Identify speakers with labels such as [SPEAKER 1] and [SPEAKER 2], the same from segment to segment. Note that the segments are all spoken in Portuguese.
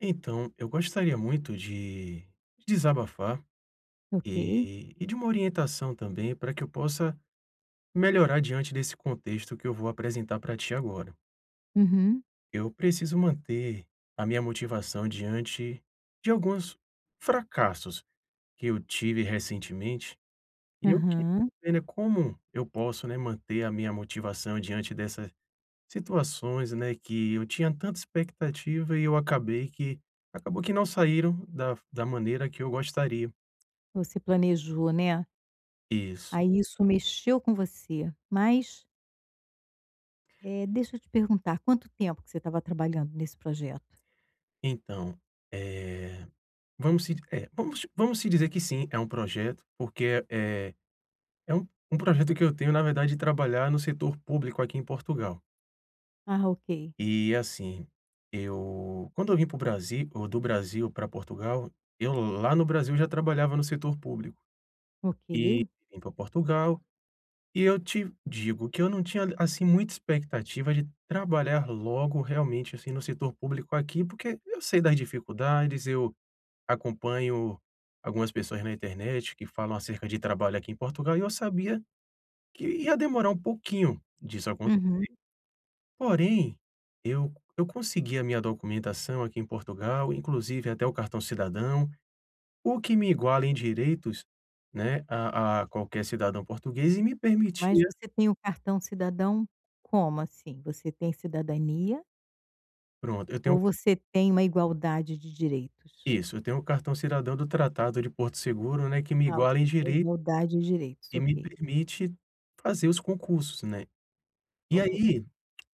[SPEAKER 1] Então, eu gostaria muito de desabafar
[SPEAKER 2] Ok.
[SPEAKER 1] e de uma orientação também para que eu possa melhorar diante desse contexto que eu vou apresentar para ti agora.
[SPEAKER 2] Uhum.
[SPEAKER 1] Eu preciso manter a minha motivação diante de alguns fracassos que eu tive recentemente e eu queria
[SPEAKER 2] Aham.
[SPEAKER 1] ver, né, como eu posso, né, manter a minha motivação diante dessa Situações, né, que eu tinha tanta expectativa e eu acabei que acabou que não saíram da maneira que eu gostaria.
[SPEAKER 2] Você planejou, né.
[SPEAKER 1] Isso.
[SPEAKER 2] Aí isso mexeu com você. Mas, deixa eu te perguntar, quanto tempo que você estava trabalhando nesse projeto?
[SPEAKER 1] Então, eh, vamos se é, vamos se dizer que sim, é um projeto, porque é é um projeto que eu tenho, na verdade, de trabalhar no setor público aqui em Portugal.
[SPEAKER 2] Ah, ok.
[SPEAKER 1] E, assim, eu quando eu vim para o Brasil ou do Brasil para Portugal, eu lá no Brasil já trabalhava no setor público.
[SPEAKER 2] Ok.
[SPEAKER 1] E vim para Portugal. E eu te digo que eu não tinha, assim, muita expectativa de trabalhar logo realmente, assim, no setor público aqui, porque eu sei das dificuldades, eu acompanho algumas pessoas na internet que falam acerca de trabalho aqui em Portugal, e eu sabia que ia demorar um pouquinho disso acon,
[SPEAKER 2] Uhum.
[SPEAKER 1] porém, eu eu consegui a minha documentação aqui em Portugal, inclusive até o cartão cidadão, o que me iguala em direitos, né, a qualquer cidadão português e me
[SPEAKER 2] Mas
[SPEAKER 1] permitia.
[SPEAKER 2] você tem o cartão cidadão como assim? Você tem cidadania
[SPEAKER 1] Pronto, eu
[SPEAKER 2] ou
[SPEAKER 1] tenho.
[SPEAKER 2] você tem uma igualdade de direitos?
[SPEAKER 1] Isso, eu tenho o cartão cidadão do Tratado de Porto Seguro, né, que me
[SPEAKER 2] Ah,
[SPEAKER 1] iguala em
[SPEAKER 2] ok. Da
[SPEAKER 1] direito
[SPEAKER 2] igualdade de direitos,
[SPEAKER 1] e me
[SPEAKER 2] ok,
[SPEAKER 1] permite fazer os concursos, né. E
[SPEAKER 2] ok.
[SPEAKER 1] aí,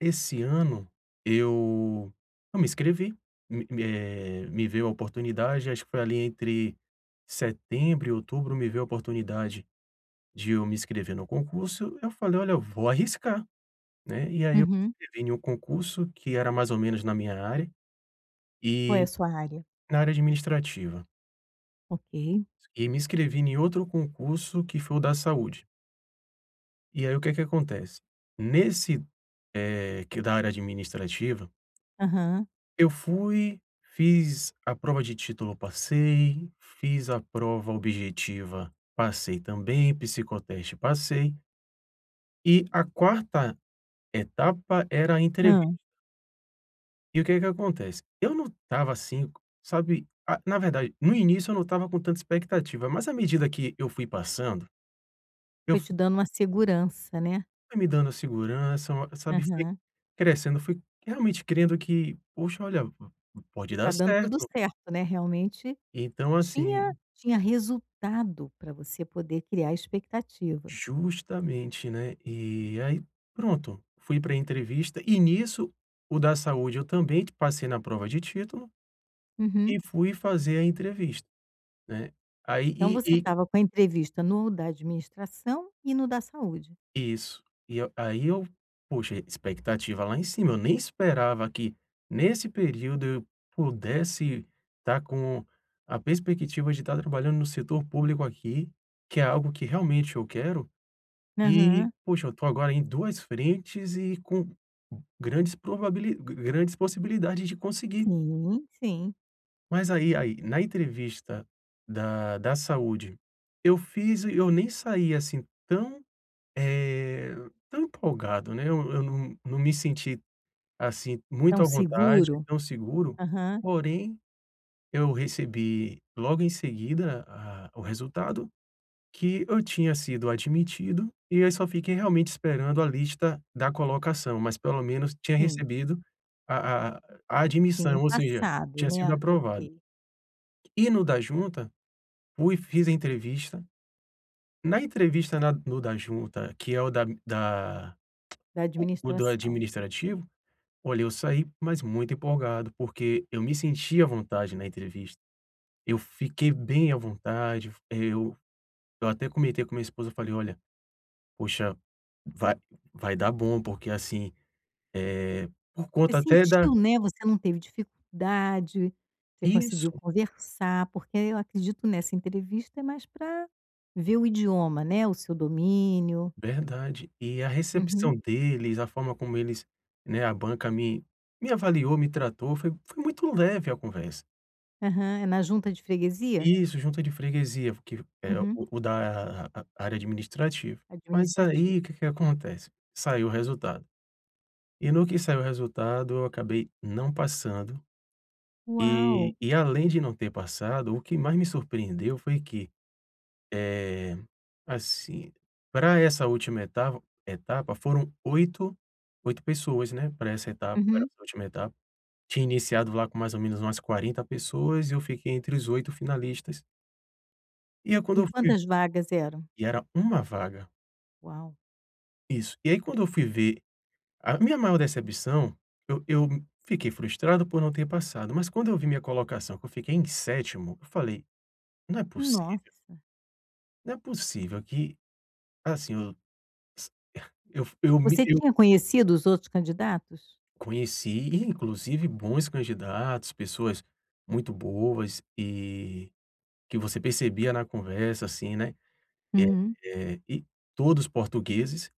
[SPEAKER 1] esse ano, eu eu me inscrevi, me me, me veio a oportunidade, acho que foi ali entre setembro e outubro, me veio a oportunidade de eu me inscrever no concurso, eu falei: "Olha, eu vou arriscar", né. E aí eu me
[SPEAKER 2] Uhum.
[SPEAKER 1] inscrevi em um concurso que era mais ou menos na minha área,
[SPEAKER 2] Qual é
[SPEAKER 1] e
[SPEAKER 2] a sua área?
[SPEAKER 1] na área administrativa.
[SPEAKER 2] Ok.
[SPEAKER 1] E me inscrevi em outro concurso que foi o da saúde. E aí o que é que acontece? Nesse, que da área administrativa,
[SPEAKER 2] Aham.
[SPEAKER 1] eu fui, fiz a prova de título, passei, fiz a prova objetiva, passei também, psicoteste, passei, e a quarta etapa era a entrevista.
[SPEAKER 2] Hã.
[SPEAKER 1] E o que é que acontece? Eu não estava assim, sabe, a na verdade, no início eu não estava com tanta expectativa, mas à medida que eu fui passando, eu
[SPEAKER 2] Foi te
[SPEAKER 1] fu.
[SPEAKER 2] dando uma segurança, né.
[SPEAKER 1] Foi me dando segurança, sabe, foi
[SPEAKER 2] Aham.
[SPEAKER 1] crescendo, fui realmente crendo que: "Poxa, olha, pode
[SPEAKER 2] Tá
[SPEAKER 1] dar
[SPEAKER 2] dando tudo
[SPEAKER 1] certo".
[SPEAKER 2] certo, né, realmente
[SPEAKER 1] Então,
[SPEAKER 2] tinha
[SPEAKER 1] assim,
[SPEAKER 2] tinha resultado pra você poder criar expectativa.
[SPEAKER 1] justamente, né, e aí pronto, fui para a entrevista e nisso o da saúde eu também passei na prova de título
[SPEAKER 2] Uhum.
[SPEAKER 1] e fui fazer a entrevista, né. Aí
[SPEAKER 2] Então você
[SPEAKER 1] e
[SPEAKER 2] estava com a entrevista no da administração e no da saúde.
[SPEAKER 1] Isso. E eu aí eu poxa, expectativa lá em cima, eu nem esperava que nesse período eu pudesse estar com a perspectiva de estar trabalhando no setor público aqui, que é algo que realmente eu quero, e
[SPEAKER 2] Aham.
[SPEAKER 1] poxa, eu estou agora em 2 frentes e com grandes probabili grandes possibilidades de conseguir.
[SPEAKER 2] Sim, sim.
[SPEAKER 1] Mas aí na entrevista da saúde, eu fiz e eu nem saí assim tão eh, tão empolgado, né, eu não me senti, assim, muito
[SPEAKER 2] Então
[SPEAKER 1] à vontade,
[SPEAKER 2] seguro?
[SPEAKER 1] tão seguro,
[SPEAKER 2] Aham,
[SPEAKER 1] porém, eu recebi logo em seguida a o resultado que eu tinha sido admitido, e eu só fiquei realmente esperando a lista da colocação, mas pelo menos tinha
[SPEAKER 2] sim.
[SPEAKER 1] recebido a a
[SPEAKER 2] Tinha
[SPEAKER 1] admissão, ou seja,
[SPEAKER 2] passado,
[SPEAKER 1] tinha sido
[SPEAKER 2] né,
[SPEAKER 1] aprovado.
[SPEAKER 2] ok.
[SPEAKER 1] E no da junta, fui, fiz a entrevista. Na entrevista na no da junta, que é o da
[SPEAKER 2] Da
[SPEAKER 1] O o do
[SPEAKER 2] administração.
[SPEAKER 1] administrativo, olha, eu saí, mas muito empolgado, porque eu me senti à vontade na entrevista. Eu fiquei bem à vontade, é, eu até comentei com minha esposa, eu falei: "Olha, poxa, vai vai dar bom, porque assim, é por
[SPEAKER 2] Você
[SPEAKER 1] conta até da".
[SPEAKER 2] sentiu, né, você não teve dificuldade, você conseguiu
[SPEAKER 1] Isso,
[SPEAKER 2] conversar, porque eu acredito nessa entrevista é mais para ver o idioma, né, o seu domínio.
[SPEAKER 1] verdade. E a
[SPEAKER 2] Uhum.
[SPEAKER 1] recepção deles, a forma como eles, né, a banca me me avaliou, me tratou, foi foi muito leve a conversa.
[SPEAKER 2] Aham. É na junta de freguesia?
[SPEAKER 1] Isso, junta de freguesia, que é
[SPEAKER 2] Uhum.
[SPEAKER 1] o da a- área administrativa. Mas
[SPEAKER 2] Administrativo.
[SPEAKER 1] aí, o que que acontece? Saiu o resultado. E no que saiu o resultado, eu acabei não passando.
[SPEAKER 2] Uau!
[SPEAKER 1] E além de não ter passado, o que mais me surpreendeu foi que, eh, assim, para essa última etava etapa foram oito pessoas, né, para essa etapa, para
[SPEAKER 2] Uhum.
[SPEAKER 1] essa última etapa. Tinha iniciado lá com mais ou menos umas 40 pessoas e eu fiquei entre os 8 finalistas. E aí quando
[SPEAKER 2] E
[SPEAKER 1] eu fui
[SPEAKER 2] quantas vagas eram?
[SPEAKER 1] E era uma vaga.
[SPEAKER 2] Uau!
[SPEAKER 1] Isso. E aí quando eu fui ver a minha maior decepção, eu fiquei frustrado por não ter passado, mas quando eu vi minha colocação, que eu fiquei em sétimo eu falei: "Não é possível,
[SPEAKER 2] Nossa!
[SPEAKER 1] não é possível que, assim, eu me
[SPEAKER 2] Você
[SPEAKER 1] eu
[SPEAKER 2] tinha conhecido os outros candidatos?
[SPEAKER 1] conheci, e inclusive bons candidatos, pessoas muito boas e que você percebia na conversa, assim, né, é
[SPEAKER 2] Uhum.
[SPEAKER 1] é, e todos portugueses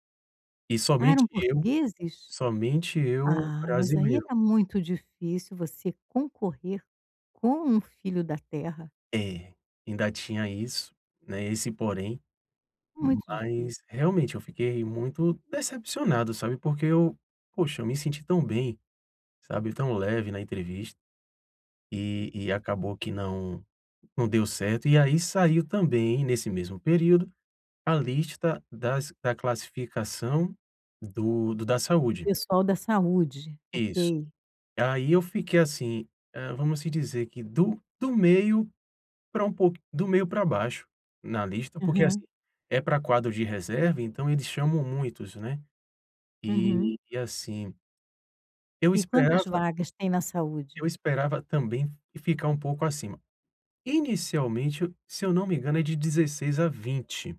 [SPEAKER 1] e
[SPEAKER 2] Ah, eram portugueses?
[SPEAKER 1] somente eu
[SPEAKER 2] Ah, mas aí
[SPEAKER 1] brasileiro".
[SPEAKER 2] era muito difícil você concorrer com um filho da terra.
[SPEAKER 1] É, ainda tinha isso, né, esse porém. Uhum.
[SPEAKER 2] Muito difícil.
[SPEAKER 1] Mas realmente eu fiquei muito decepcionado, sabe, porque eu, poxa, eu me senti tão bem, sabe, tão leve na entrevista e acabou que não deu certo. E aí saiu também, nesse mesmo período, a lista das da classificação do da
[SPEAKER 2] O
[SPEAKER 1] saúde.
[SPEAKER 2] pessoal da saúde,
[SPEAKER 1] Isso.
[SPEAKER 2] ok.
[SPEAKER 1] Aí eu fiquei assim, hã, vamos se dizer que do meio para um pouco do meio para baixo na lista, porque,
[SPEAKER 2] Aham.
[SPEAKER 1] assim, é para quadro de reserva, então eles chamam muitos, né.
[SPEAKER 2] Uhum.
[SPEAKER 1] E, assim, eu
[SPEAKER 2] E quantas
[SPEAKER 1] esperava
[SPEAKER 2] vagas tem na saúde?
[SPEAKER 1] eu esperava também ficar um pouco acima. Inicialmente, se eu não me engano, é de 16 a 20,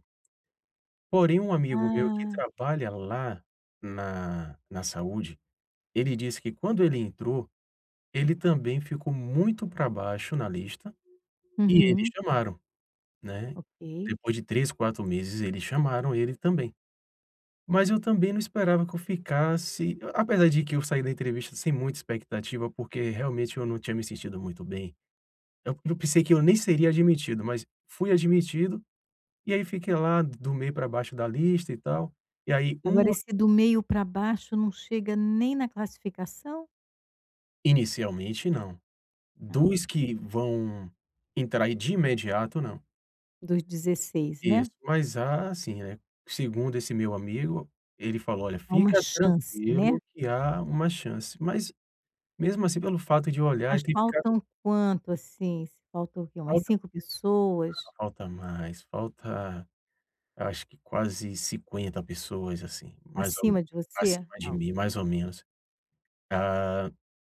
[SPEAKER 1] porém um amigo meu que
[SPEAKER 2] Ah,
[SPEAKER 1] trabalha lá na saúde, ele disse que quando ele entrou, ele também ficou muito para baixo na lista, e eles
[SPEAKER 2] uhum,
[SPEAKER 1] chamaram, né.
[SPEAKER 2] ok.
[SPEAKER 1] Depois de 3 4 meses, eles chamaram ele também. Mas eu também não esperava que eu ficasse apesar de que eu saí da entrevista sem muita expectativa, porque realmente eu não tinha me sentido muito bem. Eu pensei que eu nem seria admitido, mas fui admitido, e aí fiquei lá do meio para baixo da lista e tal. E aí
[SPEAKER 2] Agora
[SPEAKER 1] um
[SPEAKER 2] esse do meio para baixo não chega nem na classificação?
[SPEAKER 1] inicialmente não.
[SPEAKER 2] Ah, ok.
[SPEAKER 1] Dos que vão entrar aí de imediato, não.
[SPEAKER 2] Dos 16, né.
[SPEAKER 1] Isso, mas há assim, né, segundo esse meu amigo, ele falou: "Olha,
[SPEAKER 2] Há uma
[SPEAKER 1] fica
[SPEAKER 2] chance, né.
[SPEAKER 1] tranquilo que há uma chance". Mas mesmo assim, pelo fato de eu olhar e
[SPEAKER 2] Mas
[SPEAKER 1] ter ficado
[SPEAKER 2] faltam quanto, assim? Se Faltam o quê? Umas 5 pessoas
[SPEAKER 1] Falta mais, falta eu acho que quase 50 pessoas, assim, mais ou
[SPEAKER 2] acima de você?
[SPEAKER 1] acima de
[SPEAKER 2] Ah, o
[SPEAKER 1] mim, mais ou menos. Ah,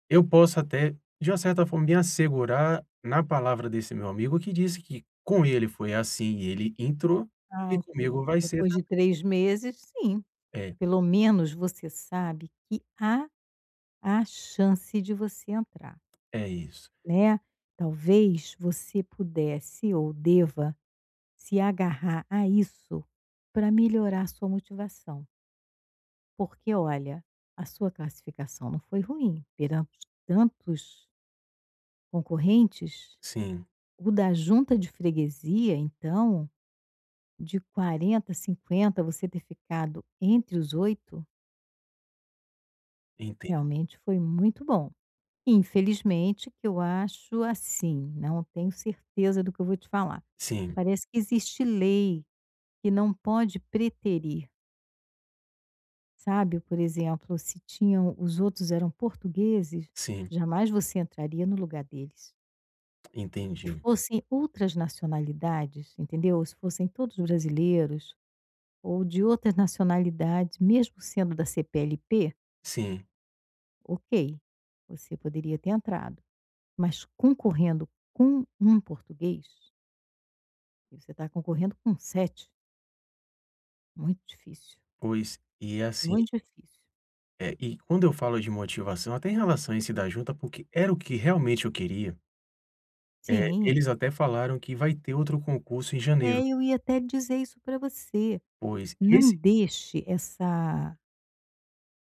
[SPEAKER 1] eu posso até, de uma certa forma, me assegurar na palavra desse meu amigo que disse que com ele foi assim e ele entrou,
[SPEAKER 2] ah,
[SPEAKER 1] e
[SPEAKER 2] ok.
[SPEAKER 1] comigo vai ser
[SPEAKER 2] Depois
[SPEAKER 1] tam
[SPEAKER 2] de 3 meses, sim.
[SPEAKER 1] é,
[SPEAKER 2] Pelo menos você sabe que há a chance de você entrar,
[SPEAKER 1] é isso.
[SPEAKER 2] né. Talvez você pudesse ou deva se agarrar a isso para melhorar sua motivação, porque olha, a sua classificação não foi ruim, perante tantos concorrentes,
[SPEAKER 1] Sim,
[SPEAKER 2] o da junta de freguesia então, de 40, 50, você ter ficado entre os 8
[SPEAKER 1] entendo.
[SPEAKER 2] realmente foi muito bom. Infelizmente, que eu acho assim, não tenho certeza do que eu vou te falar.
[SPEAKER 1] Sim,
[SPEAKER 2] Parece que existe lei que não pode preterir, sabe, por exemplo, se tinham os outros eram portugueses,
[SPEAKER 1] sim,
[SPEAKER 2] jamais você entraria no lugar deles. Se
[SPEAKER 1] entendi.
[SPEAKER 2] fossem outras nacionalidades, entendeu, se fossem todos brasileiros ou de outras nacionalidades, mesmo sendo da CPLP,
[SPEAKER 1] Sim,
[SPEAKER 2] ok, você poderia ter entrado, mas concorrendo com um português. E você está concorrendo com 7, muito difícil,
[SPEAKER 1] pois, e é assim,
[SPEAKER 2] muito difícil.
[SPEAKER 1] é e quando eu falo de motivação, até em relação a esse da junta, porque era o que realmente eu queria. É,
[SPEAKER 2] Sim,
[SPEAKER 1] eles até falaram que vai ter outro concurso em janeiro,
[SPEAKER 2] é, eu ia até dizer isso para você,
[SPEAKER 1] pois
[SPEAKER 2] não
[SPEAKER 1] esse
[SPEAKER 2] deixe essa,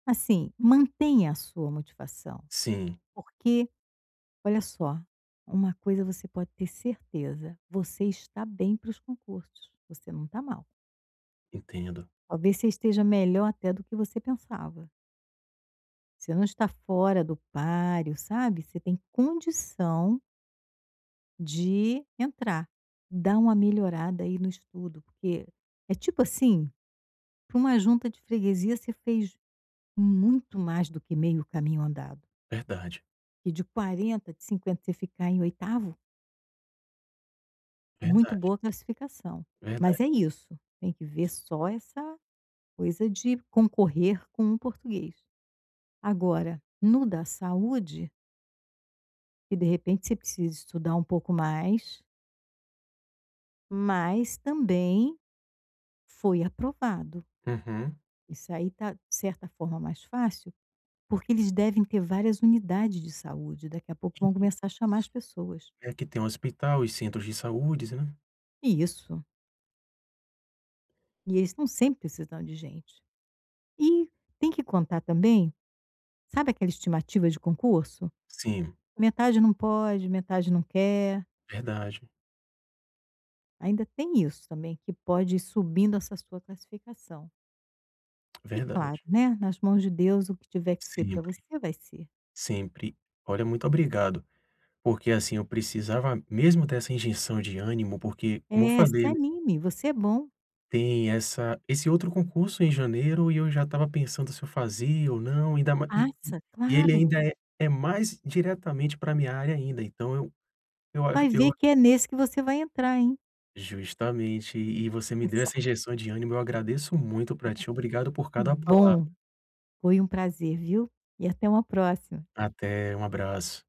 [SPEAKER 2] assim, mantenha a sua motivação,
[SPEAKER 1] sim,
[SPEAKER 2] porque, olha só, uma coisa você pode ter certeza, você está bem para os concursos, você não está mal.
[SPEAKER 1] entendo.
[SPEAKER 2] Talvez você esteja melhor até do que você pensava. Você não está fora do páreo, sabe, você tem condição de entrar. Dá uma melhorada aí no estudo, porque é tipo assim, para uma junta de freguesia você fez muito mais do que meio caminho andado.
[SPEAKER 1] Verdade,
[SPEAKER 2] E de 40, de 50 você ficar em oitavo, muito
[SPEAKER 1] verdade,
[SPEAKER 2] boa classificação.
[SPEAKER 1] verdade.
[SPEAKER 2] Mas é isso, tem que ver só essa coisa de concorrer com o português. Agora, no da saúde, que de repente você precisa estudar um pouco mais, mas também foi aprovado.
[SPEAKER 1] Uhum.
[SPEAKER 2] Isso aí tá, de certa forma, mais fácil, porque eles devem ter várias unidades de saúde, daqui a pouco vão começar a chamar as pessoas.
[SPEAKER 1] É que tem um hospital e centros de saúdes, né.
[SPEAKER 2] E isso. E eles estão sempre precisando de gente. E tem que contar também, sabe aquela estimativa de concurso?
[SPEAKER 1] Sim,
[SPEAKER 2] Metade não pode, metade não quer.
[SPEAKER 1] verdade,
[SPEAKER 2] Ainda tem isso também, que pode ir subindo essa sua classificação. E claro,
[SPEAKER 1] verdade.
[SPEAKER 2] né? Nas mãos de Deus, o que tiver que ser para
[SPEAKER 1] Sempre,
[SPEAKER 2] você vai ser.
[SPEAKER 1] sempre. Olha, muito obrigado, porque, assim, eu precisava mesmo dessa injeção de ânimo, porque, como eu
[SPEAKER 2] É, se
[SPEAKER 1] falei
[SPEAKER 2] anime, você é bom.
[SPEAKER 1] Tem essa esse outro concurso em janeiro e eu já estava pensando se eu fazia ou não, ainda ma e
[SPEAKER 2] Passa,
[SPEAKER 1] e ele
[SPEAKER 2] claro.
[SPEAKER 1] ainda é é mais diretamente pra minha área ainda, então eu acho
[SPEAKER 2] Vai
[SPEAKER 1] eu
[SPEAKER 2] ver que é nesse que você vai entrar, hein.
[SPEAKER 1] justamente, e você me
[SPEAKER 2] Quem
[SPEAKER 1] deu essa
[SPEAKER 2] sabe.
[SPEAKER 1] injeção de ânimo, eu agradeço muito pra ti, obrigado por
[SPEAKER 2] Que
[SPEAKER 1] cada palavra.
[SPEAKER 2] bom, foi um prazer, viu. E até uma próxima.
[SPEAKER 1] Até, um abraço.